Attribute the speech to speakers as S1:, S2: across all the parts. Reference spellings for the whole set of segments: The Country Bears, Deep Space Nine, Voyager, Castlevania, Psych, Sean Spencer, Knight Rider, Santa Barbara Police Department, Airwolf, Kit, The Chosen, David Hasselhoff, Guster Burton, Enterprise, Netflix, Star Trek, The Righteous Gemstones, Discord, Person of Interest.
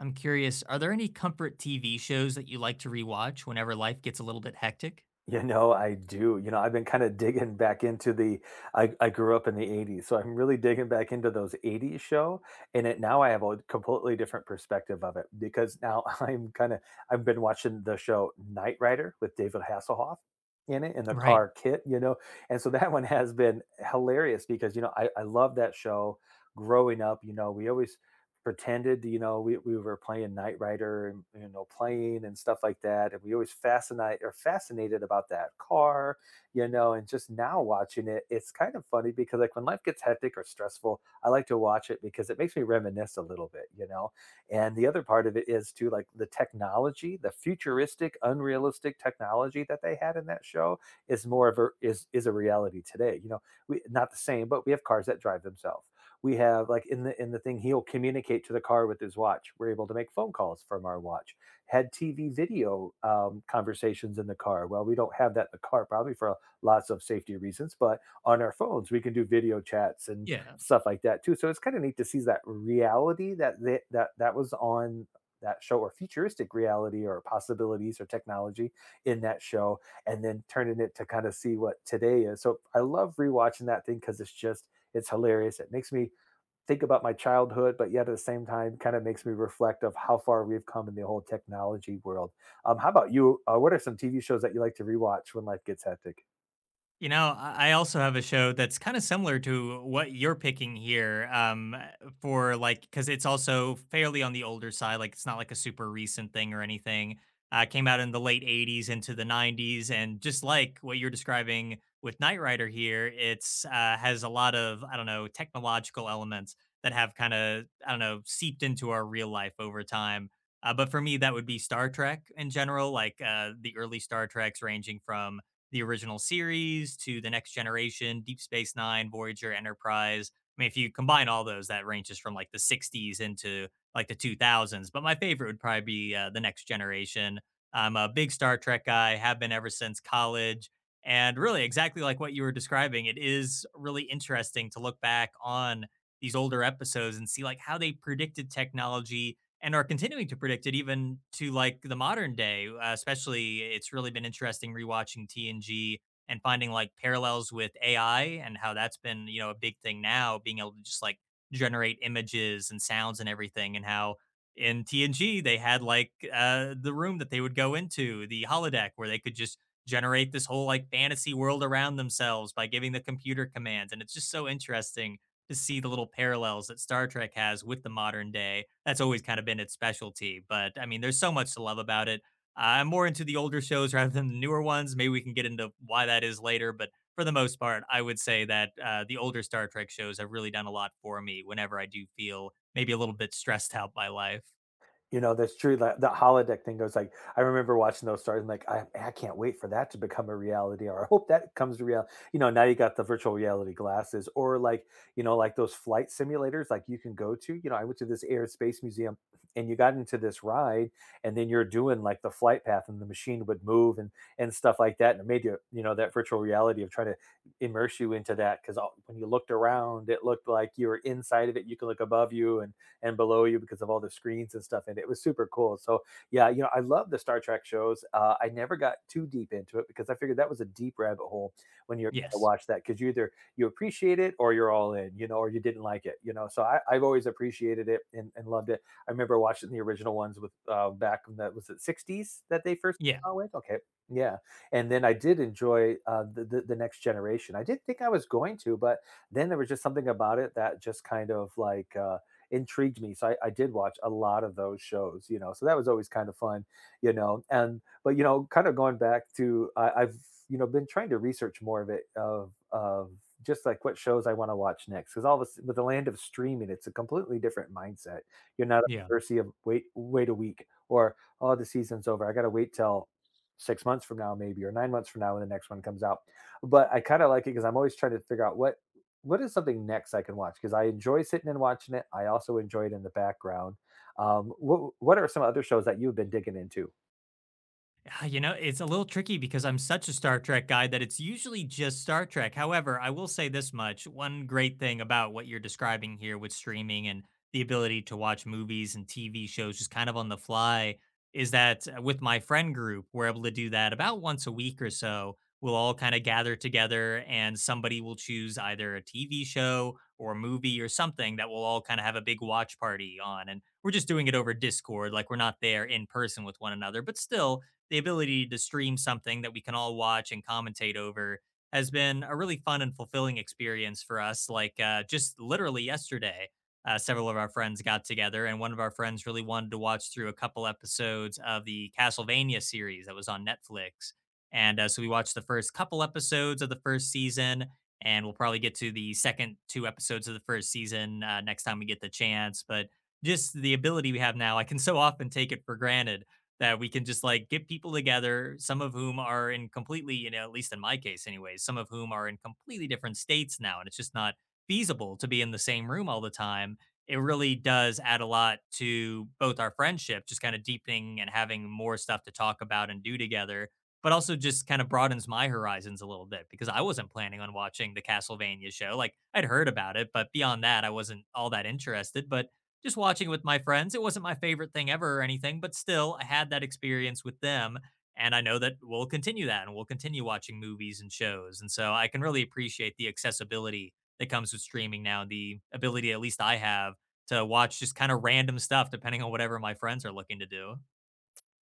S1: I'm curious, are there any comfort TV shows that you like to rewatch whenever life gets a little bit hectic?
S2: You know, I do. I've been kinda digging back into the. I grew up in the '80s, so I'm really digging back into those '80s show, and it now I have a completely different perspective of it because now I'm kinda I've been watching the show Knight Rider with David Hasselhoff in it, in the
S1: Right.
S2: car Kit, and so that one has been hilarious because, I love that show growing up, we always pretended, we were playing Knight Rider and playing and stuff like that. And we always fascinated about that car, and just now watching it, it's kind of funny because like when life gets hectic or stressful, I like to watch it because it makes me reminisce a little bit. And the other part of it is too like the technology, the futuristic, unrealistic technology that they had in that show is more of a is a reality today. You know, we not the same, but we have cars that drive themselves. We have like in the thing he'll communicate to the car with his watch. We're able to make phone calls from our watch. Had TV video conversations in the car. Well, we don't have that in the car probably for lots of safety reasons, but on our phones we can do video chats and
S1: Yeah.
S2: stuff like that too. So it's kind of neat to see that reality that that was on that show, or futuristic reality or possibilities or technology in that show, and then turning it to kind of see what today is. So I love rewatching that thing because it's just it's hilarious. It makes me think about my childhood, but yet at the same time, kind of makes me reflect of how far we've come in the whole technology world. How about you? What are some TV shows that you like to rewatch when life gets hectic?
S1: You know, I also have a show that's kind of similar to what you're picking here, for like, because it's also fairly on the older side. Like, it's not like a super recent thing or anything. Came out in the late '80s into the '90s. And just like what you're describing with Knight Rider here, it's has a lot of, I don't know, technological elements that have kind of, I don't know, seeped into our real life over time. But for me, that would be Star Trek in general, like the early Star Treks ranging from the original series to the next generation, Deep Space Nine, Voyager, Enterprise. I mean, if you combine all those, that ranges from like the '60s into like the 2000s. But my favorite would probably be the next generation. I'm a big Star Trek guy, have been ever since college. And really, exactly like what you were describing, it is really interesting to look back on these older episodes and see like how they predicted technology and are continuing to predict it even to like the modern day. Especially, it's really been interesting rewatching TNG and finding like parallels with AI and how that's been, you know, a big thing now, being able to just like generate images and sounds and everything, and how in TNG they had like the room that they would go into, the holodeck, where they could just generate this whole like fantasy world around themselves by giving the computer commands. And it's just so interesting to see the little parallels that Star Trek has with the modern day. That's always kind of been its specialty. But I mean, there's so much to love about it. I'm more into the older shows rather than the newer ones. Maybe we can get into why that is later. But for the most part, I would say that the older Star Trek shows have really done a lot for me whenever I do feel maybe a little bit stressed out by life.
S2: You know, that's true. That holodeck thing goes like, I remember watching those stars and like, I can't wait for that to become a reality, or I hope that comes to reality. You know, now you got the virtual reality glasses, or like, you know, like those flight simulators, like you can go to. You know, I went to this air and space museum and you got into this ride, and then you're doing like the flight path, and the machine would move and stuff like that. And it made you, you know, that virtual reality of trying to immerse you into that because when you looked around, it looked like you were inside of it. You could look above you, and below you because of all the screens and stuff. And it was super cool. So yeah, you know, I love the Star Trek shows. I never got too deep into it because I figured that was a deep rabbit hole when you're going to
S1: Yes.
S2: watch that because you either you appreciate it or you're all in, you know, or you didn't like it, you know. So I've always appreciated it and loved it. I remember watching the original ones with back in the was it 60s that they first
S1: Yeah.
S2: came out with. Okay, yeah, and then I did enjoy the next generation. I didn't think I was going to, but then there was just something about it that just kind of like intrigued me. So I did watch a lot of those shows, you know. So that was always kind of fun, you know. And but you know, kind of going back to I've you know been trying to research more of it of just like what shows I want to watch next because all of a s with the land of streaming, it's a completely different mindset. You're not at
S1: Yeah.
S2: the mercy of wait a week, or oh, the season's over. I got to wait till 6 months from now maybe, or 9 months from now when the next one comes out. But I kind of like it because I'm always trying to figure out what is something next I can watch. Because I enjoy sitting and watching it, I also enjoy it in the background. What are some other shows that you've been digging into?
S1: Ah, you know, it's a little tricky because I'm such a Star Trek guy that it's usually just Star Trek. However, I will say this much. One great thing about what you're describing here with streaming and the ability to watch movies and TV shows just kind of on the fly is that with my friend group, we're able to do that about once a week or so. We'll all kind of gather together and somebody will choose either a TV show or a movie or something that we'll all kind of have a big watch party on. And we're just doing it over Discord, like we're not there in person with one another, but still the ability to stream something that we can all watch and commentate over has been a really fun and fulfilling experience for us. Like just literally yesterday, several of our friends got together, and one of our friends really wanted to watch through a couple episodes of the Castlevania series that was on Netflix. And so we watched the first couple episodes of the first season, and we'll probably get to the second two episodes of the first season next time we get the chance. But just the ability we have now, I can so often take it for granted that we can just like get people together, some of whom are in completely, you know, at least in my case, anyways, some of whom are in completely different states now. And it's just not feasible to be in the same room all the time. It really does add a lot to both our friendship, just kind of deepening and having more stuff to talk about and do together, but also just kind of broadens my horizons a little bit because I wasn't planning on watching the Castlevania show. Like I'd heard about it, but beyond that, I wasn't all that interested. But just watching it with my friends. It wasn't my favorite thing ever or anything, but still, I had that experience with them. And I know that we'll continue that and we'll continue watching movies and shows. And so I can really appreciate the accessibility that comes with streaming now, the ability, at least I have, to watch just kind of random stuff depending on whatever my friends are looking to do.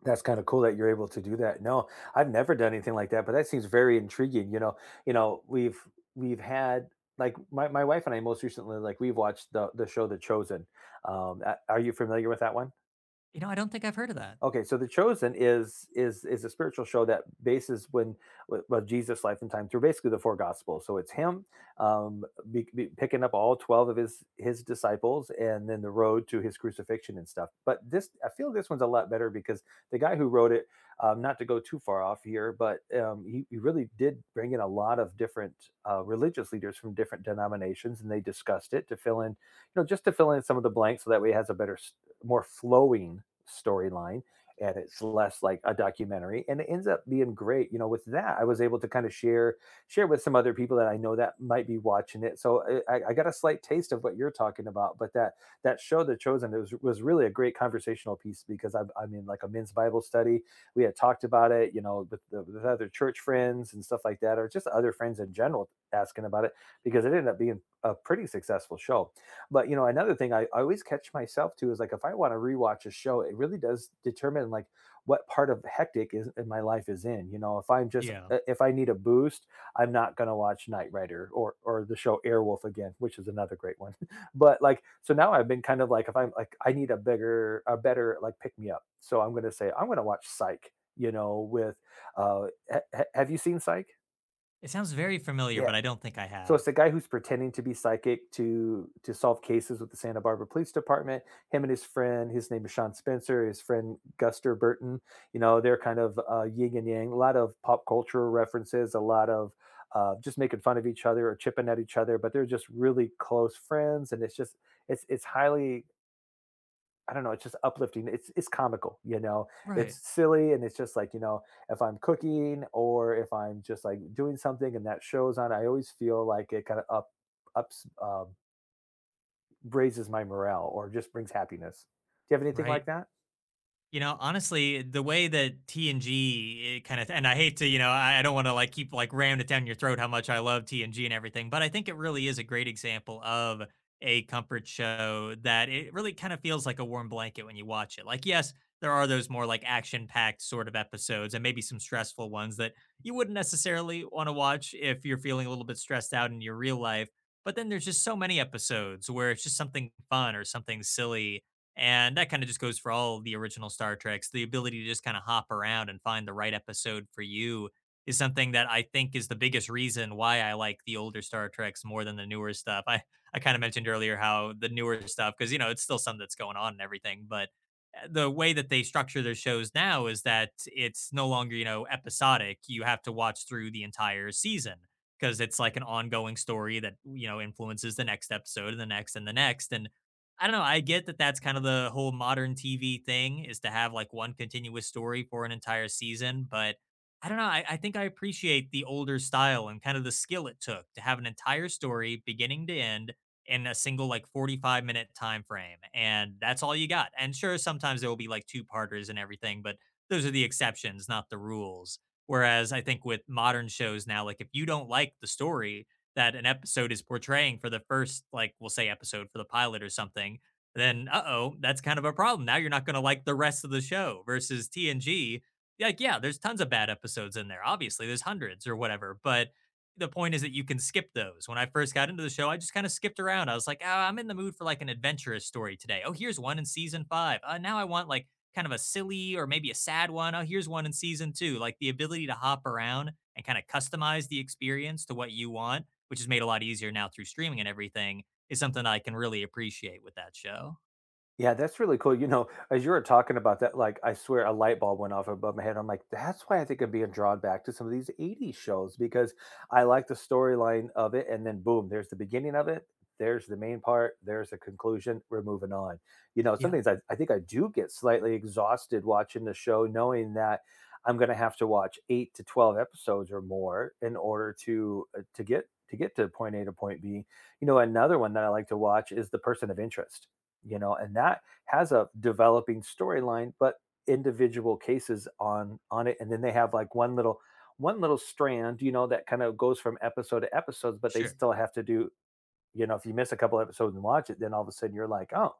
S2: That's kinda cool that you're able to do that. No, I've never done anything like that, but that seems very intriguing, you know, you know, we've we've had like, my wife and I most recently, like, we've watched the show The Chosen. A are you familiar with that one?
S1: You know, I don't think I've heard of that.
S2: Okay, so The Chosen is a spiritual show that bases when well Jesus' life and time through basically the 4 gospels. So it's him um, be picking up all 12 of his disciples, and then the road to his crucifixion and stuff. But this, I feel this one's a lot better because the guy who wrote it, not to go too far off here, but he really did bring in a lot of different religious leaders from different denominations, and they discussed it to fill in, you know, just to fill in some of the blanks, so that way it has a better, more flowing storyline, and it's less like a documentary and it ends up being great. You know, with that I was able to kind of share with some other people that I know that might be watching it. So I got a slight taste of what you're talking about, but that show The Chosen it was really a great conversational piece because I'm in like a men's bible study. We had talked about it, you know, with other church friends and stuff like that, or just other friends in general asking about it, because it ended up being a pretty successful show. But you know, another thing I always catch myself too is like if I want to rewatch a show, it really does determine like what part of hectic is in my life is in. You know, if I'm just
S1: Yeah.
S2: if I need a boost, I'm not gonna watch Knight Rider or the show Airwolf again, which is another great one. But like so now I've been kind of like if I'm like I need a bigger a better like pick me up, so I'm gonna watch Psych. You know, with uh, ha- have you seen Psych?
S1: It sounds very familiar,
S2: Yeah,
S1: but I don't think I
S2: so it's
S1: have.
S2: the guy who's pretending to be psychic to solve cases with the Santa Barbara Police Department. Him and his friend, his name is Sean Spencer, his friend Guster Burton. You know, they're kind of yin and yang. A lot of pop culture references, a lot of just making fun of each other or chipping at each other. But they're just really close friends, and it's just it's highly I don't know, it's just uplifting. It's comical, you know.
S1: Right.
S2: It's silly and it's just like, you know, if I'm cooking or if I'm just like doing something and that shows on, I always feel like it kind of up ups raises my morale or just brings happiness. Do you have anything like
S1: Right.
S2: that?
S1: You know, honestly, the way that TNG it kind of, and I hate to, you know, I don't wanna, like, keep, like, ramming it down your throat how much I love TNG and everything, but I think it really is a great example of a comfort show that it really kind of feels like a warm blanket when you watch it. Like, yes, there are those more, like, action-packed sort of episodes and maybe some stressful ones that you wouldn't necessarily wanna watch if you're feeling a little bit stressed out in your real life, but then there's just so many episodes where it's just something fun or something silly, and that kind of just goes for all the original Star Treks. The ability to just kind of hop around and find the right episode for you is something that I think is the biggest reason why I like the older Star Treks more than the newer stuff. I kind of mentioned earlier how the newer stuff, because, you know, it's still something that's going on and everything, but the way that they structure their shows now is that it's no longer, you know, episodic. You have to watch through the entire season because it's like an ongoing story that, you know, influences the next episode and the next and the next. And I don't know. I get that that's kind of the whole modern TV thing is to have like one continuous story for an entire season. But I don't know. I think I appreciate the older style and kind of the skill it took to have an entire story beginning to end in a single like 45-minute time frame. And that's all you got. And sure, sometimes there will be like two parters and everything, but those are the exceptions, not the rules. Whereas I think with modern shows now, like if you don't like the story that an episode is portraying for the first, like, we'll say episode for the pilot or something, then uh oh, that's kind of a problem. Now you're not going to like the rest of the show versus TNG. Like, yeah, there's tons of bad episodes in there. Obviously, there's hundreds or whatever. But the point is that you can skip those. When I first got into the show, I just kind of skipped around. I was like, oh, I'm in the mood for like an adventurous story today. Oh, here's one in season five. Now I want like kind of a silly or maybe a sad one. Oh, here's one in season two. Like the ability to hop around and kind of customize the experience to what you want, which is made a lot easier now through streaming and everything, is something I can really appreciate with that show.
S2: Yeah, that's really cool. You know, as you were talking about that, like I swear a light bulb went off above my head. I'm like, that's why I think I'm being drawn back to some of these 80s shows because I like the storyline of it. And then boom, there's the beginning of it. There's the main part. There's the conclusion. We're moving on. You know,
S1: Yeah.
S2: sometimes I think I do get slightly exhausted watching the show, knowing that I'm going to have to watch eight to 12 episodes or more in order to get to point A to point B. You know, another one that I like to watch is The Person of Interest. You know, and that has a developing storyline but individual cases on it, and then they have like one little strand, you know, that kind of goes from episode to episode, but they
S1: Sure.
S2: still have to do, you know, if you miss a couple episodes and watch it, then all of a sudden you're like, oh,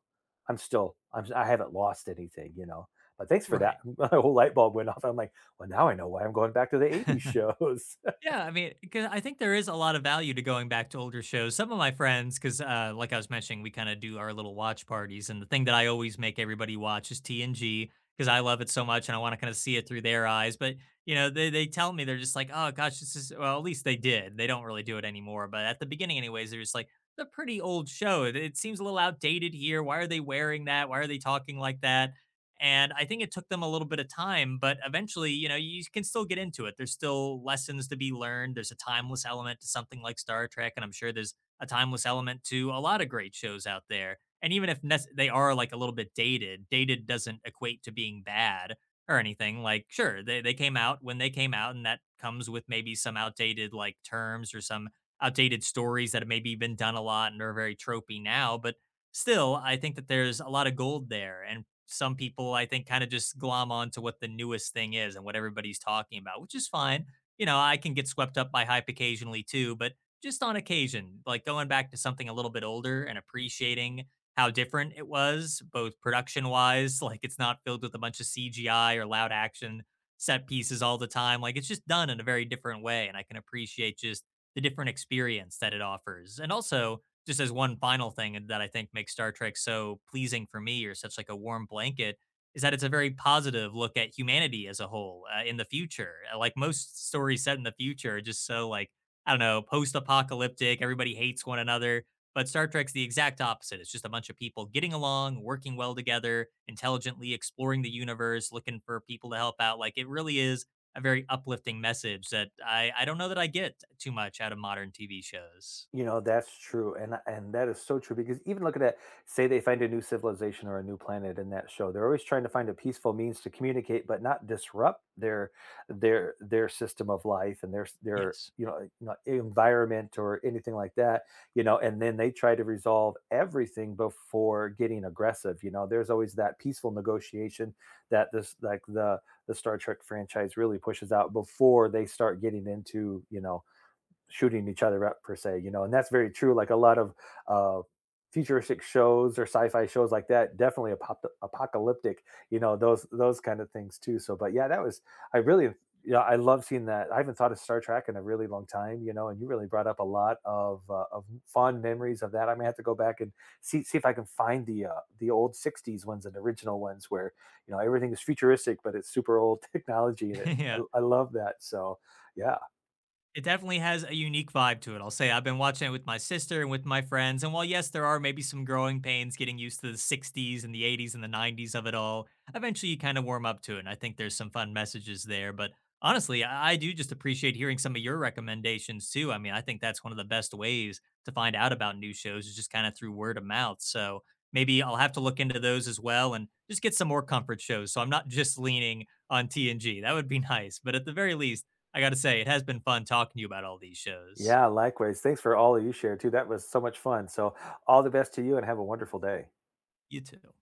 S2: I'm still, I haven't lost anything, you know. But thanks for that.
S1: Right.
S2: My whole light bulb went off. I'm like, well, now I know why I'm going back to the 80s shows.
S1: Yeah, I mean, 'cause I think there is a lot of value to going back to older shows. Some of my friends, because like I was mentioning, we kind of do our little watch parties, and the thing that I always make everybody watch is TNG because I love it so much and I want to kind of see it through their eyes. But you know, they tell me they're just like, oh gosh, this is, well, at least they did. They don't really do it anymore, but at the beginning, anyways, they're just like the pretty old show. It seems a little outdated here. Why are they wearing that? Why are they talking like that? And I think it took them a little bit of time, but eventually, you know, you can still get into it. There's still lessons to be learned. There's a timeless element to something like Star Trek, and I'm sure there's a timeless element to a lot of great shows out there. And even if they are like a little bit dated, dated doesn't equate to being bad or anything. Like, sure, they came out when they came out, and that comes with maybe some outdated like terms or some outdated stories that have maybe been done a lot and are very tropey now. But still, I think that there's a lot of gold there. And some people, I think, kind of just glom onto what the newest thing is and what everybody's talking about, which is fine. You know, I can get swept up by hype occasionally too, but just on occasion, like going back to something a little bit older and appreciating how different it was, both production wise, like it's not filled with a bunch of CGI or loud action set pieces all the time. Like it's just done in a very different way. And I can appreciate just the different experience that it offers. And also, just as one final thing that I think makes Star Trek so pleasing for me or such like a warm blanket is that it's a very positive look at humanity as a whole in the future. Like most stories set in the future are just so like, I don't know, post-apocalyptic, everybody hates one another, but Star Trek's the exact opposite. It's just a bunch of people getting along, working well together, intelligently exploring the universe, looking for people to help out. Like it really is a very uplifting message that I don't know that I get too much out of modern TV shows.
S2: You know, that's true, and that is so true because even look at that. Say they find a new civilization or a new planet in that show, they're always trying to find a peaceful means to communicate but not disrupt their system of life and
S1: Yes.
S2: you know, environment or anything like that, you know, and then they try to resolve everything before getting aggressive. You know, there's always that peaceful negotiation that the Star Trek franchise really pushes out before they start getting into, you know, shooting each other up per se, you know. And that's very true. Like a lot of uh futuristic shows or sci-fi shows, like that definitely apop apocalyptic, you know, those kind of things too. So but yeah, that was I really yeah, I love seeing that. I haven't thought of Star Trek in a really long time, you know, and you really brought up a lot of fond memories of that. I may have to go back and see if I can find the old 60s ones and original ones where you know everything is futuristic but it's super old technology in it.
S1: Yeah.
S2: I love that, so yeah.
S1: It definitely has a unique vibe to it. I'll say I've been watching it with my sister and with my friends. And while, yes, there are maybe some growing pains getting used to the '60s and the '80s and the '90s of it all, eventually you kind of warm up to it. And I think there's some fun messages there. But honestly, I do just appreciate hearing some of your recommendations too. I mean, I think that's one of the best ways to find out about new shows is just kind of through word of mouth. So maybe I'll have to look into those as well and just get some more comfort shows. So I'm not just leaning on TNG. That would be nice. But at the very least, I got to say, it has been fun talking to you about all these shows.
S2: Yeah, likewise. Thanks for all that you shared too. That was so much fun. So, all the best to you and have a wonderful day.
S1: You too.